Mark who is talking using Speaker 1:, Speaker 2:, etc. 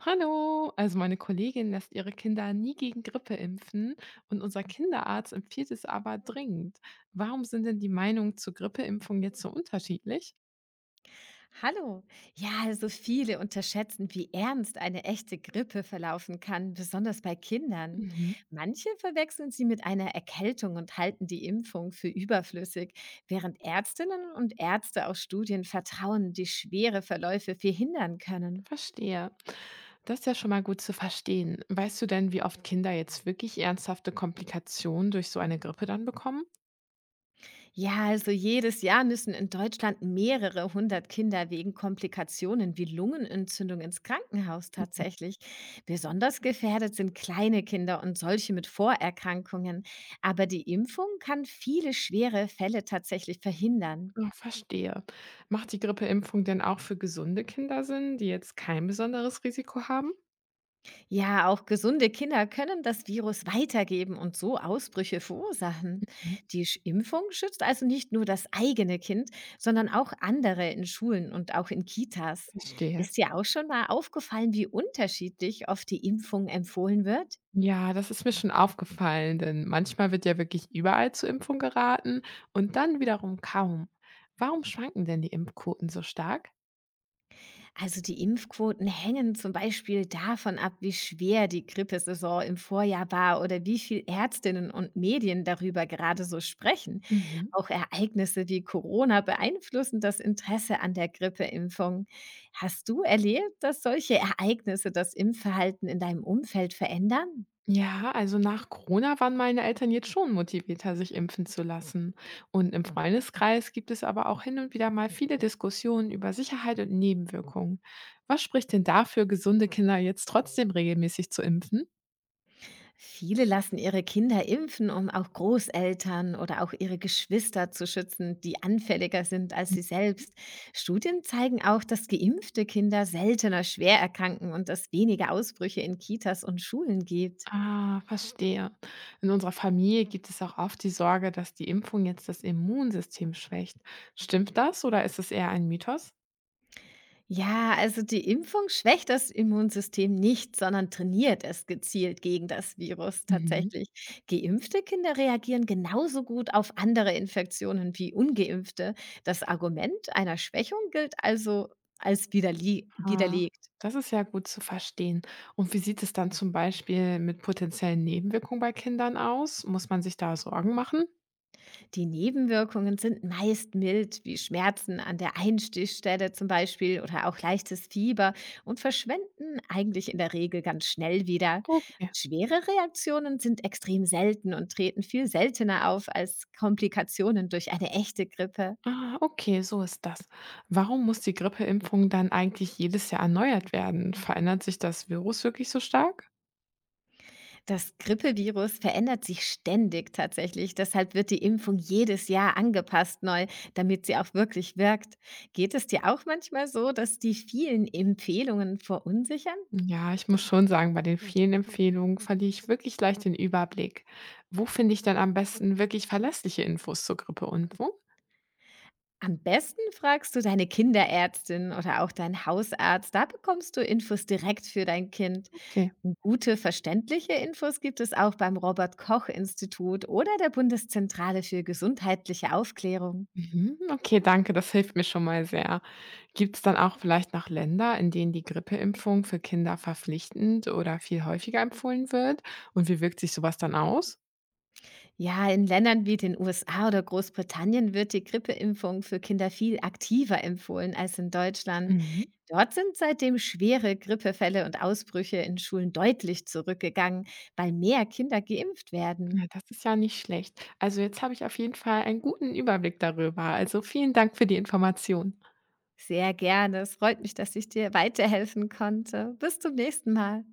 Speaker 1: Hallo, also meine Kollegin lässt ihre Kinder nie gegen Grippe impfen und unser Kinderarzt empfiehlt es aber dringend. Warum sind denn die Meinungen zur Grippeimpfung jetzt so unterschiedlich?
Speaker 2: Hallo. Ja, also viele unterschätzen, wie ernst eine echte Grippe verlaufen kann, besonders bei Kindern.
Speaker 1: Mhm,
Speaker 2: Manche verwechseln sie mit einer Erkältung und halten die Impfung für überflüssig, während Ärztinnen und Ärzte aus Studien vertrauen, die schwere Verläufe verhindern können.
Speaker 1: verstehe. Das ist ja schon mal gut zu verstehen. Weißt du denn, wie oft Kinder jetzt wirklich ernsthafte Komplikationen durch so eine Grippe dann bekommen?
Speaker 2: Ja, also jedes Jahr müssen in Deutschland mehrere hundert Kinder wegen Komplikationen wie Lungenentzündung ins Krankenhaus tatsächlich. Besonders gefährdet sind kleine Kinder und solche mit Vorerkrankungen. Aber die Impfung kann viele schwere Fälle tatsächlich verhindern.
Speaker 1: Ja, verstehe. Macht die Grippeimpfung denn auch für gesunde Kinder Sinn, die jetzt kein besonderes Risiko haben?
Speaker 2: Ja, auch gesunde Kinder können das Virus weitergeben und so Ausbrüche verursachen.
Speaker 1: Mhm,
Speaker 2: Die Impfung schützt also nicht nur das eigene Kind, sondern auch andere in Schulen und auch in Kitas.
Speaker 1: verstehe.
Speaker 2: Ist dir auch schon mal aufgefallen, wie unterschiedlich oft die Impfung empfohlen wird?
Speaker 1: Ja, das ist mir schon aufgefallen, denn manchmal wird ja wirklich überall zur Impfung geraten und dann wiederum kaum. Warum schwanken denn die Impfquoten so stark?
Speaker 2: Also die Impfquoten hängen zum Beispiel davon ab, wie schwer die Grippesaison im Vorjahr war oder wie viel Ärztinnen und Medien darüber gerade so sprechen.
Speaker 1: Mhm.
Speaker 2: Auch Ereignisse wie Corona beeinflussen das Interesse an der Grippeimpfung. Hast du erlebt, dass solche Ereignisse das Impfverhalten in deinem Umfeld verändern?
Speaker 1: Ja, also nach Corona waren meine Eltern jetzt schon motivierter, sich impfen zu lassen. Und im Freundeskreis gibt es aber auch hin und wieder mal viele Diskussionen über Sicherheit und Nebenwirkungen. Was spricht denn dafür, gesunde Kinder jetzt trotzdem regelmäßig zu impfen?
Speaker 2: Viele lassen ihre Kinder impfen, um auch Großeltern oder auch ihre Geschwister zu schützen, die anfälliger sind als sie selbst. Studien zeigen auch, dass geimpfte Kinder seltener schwer erkranken und dass weniger Ausbrüche in Kitas und Schulen gibt.
Speaker 1: Ah, verstehe. In unserer Familie gibt es auch oft die Sorge, dass die Impfung jetzt das Immunsystem schwächt. Stimmt das oder ist es eher ein Mythos?
Speaker 2: Ja, also die Impfung schwächt das Immunsystem nicht, sondern trainiert es gezielt gegen das Virus
Speaker 1: Mhm.
Speaker 2: tatsächlich. Geimpfte Kinder reagieren genauso gut auf andere Infektionen wie ungeimpfte. Das Argument einer Schwächung gilt also als
Speaker 1: Ah,
Speaker 2: widerlegt.
Speaker 1: das ist ja gut zu verstehen. Und wie sieht es dann zum Beispiel mit potenziellen Nebenwirkungen bei Kindern aus? Muss man sich da Sorgen machen?
Speaker 2: Die Nebenwirkungen sind meist mild, wie Schmerzen an der Einstichstelle zum Beispiel oder auch leichtes Fieber und verschwinden eigentlich in der Regel ganz schnell wieder.
Speaker 1: Okay.
Speaker 2: Schwere Reaktionen sind extrem selten und treten viel seltener auf als Komplikationen durch eine echte Grippe.
Speaker 1: Ah, okay, so ist das. Warum muss die Grippeimpfung dann eigentlich jedes Jahr erneuert werden? Verändert sich das Virus wirklich so stark?
Speaker 2: Das Grippevirus verändert sich ständig tatsächlich, deshalb wird die Impfung jedes Jahr angepasst neu, damit sie auch wirklich wirkt. Geht es dir auch manchmal so, dass die vielen Empfehlungen verunsichern?
Speaker 1: Ja, ich muss schon sagen, bei den vielen Empfehlungen verliere ich wirklich leicht den Überblick. Wo finde ich denn am besten wirklich verlässliche Infos zur Grippe und wo?
Speaker 2: Am besten fragst du deine Kinderärztin oder auch deinen Hausarzt. Da bekommst du Infos direkt für dein Kind.
Speaker 1: Okay.
Speaker 2: Gute, verständliche Infos gibt es auch beim Robert Koch Institut oder der Bundeszentrale für gesundheitliche Aufklärung.
Speaker 1: Mhm, okay, danke, das hilft mir schon mal sehr. Gibt es dann auch vielleicht noch Länder, in denen die Grippeimpfung für Kinder verpflichtend oder viel häufiger empfohlen wird? Und wie wirkt sich sowas dann aus?
Speaker 2: Ja, in Ländern wie den USA oder Großbritannien wird die Grippeimpfung für Kinder viel aktiver empfohlen als in Deutschland.
Speaker 1: Mhm.
Speaker 2: Dort sind seitdem schwere Grippefälle und Ausbrüche in Schulen deutlich zurückgegangen, weil mehr Kinder geimpft werden.
Speaker 1: Ja, das ist ja nicht schlecht. Also jetzt habe ich auf jeden Fall einen guten Überblick darüber. Also vielen Dank für die Information.
Speaker 2: Sehr gerne. Es freut mich, dass ich dir weiterhelfen konnte. Bis zum nächsten Mal.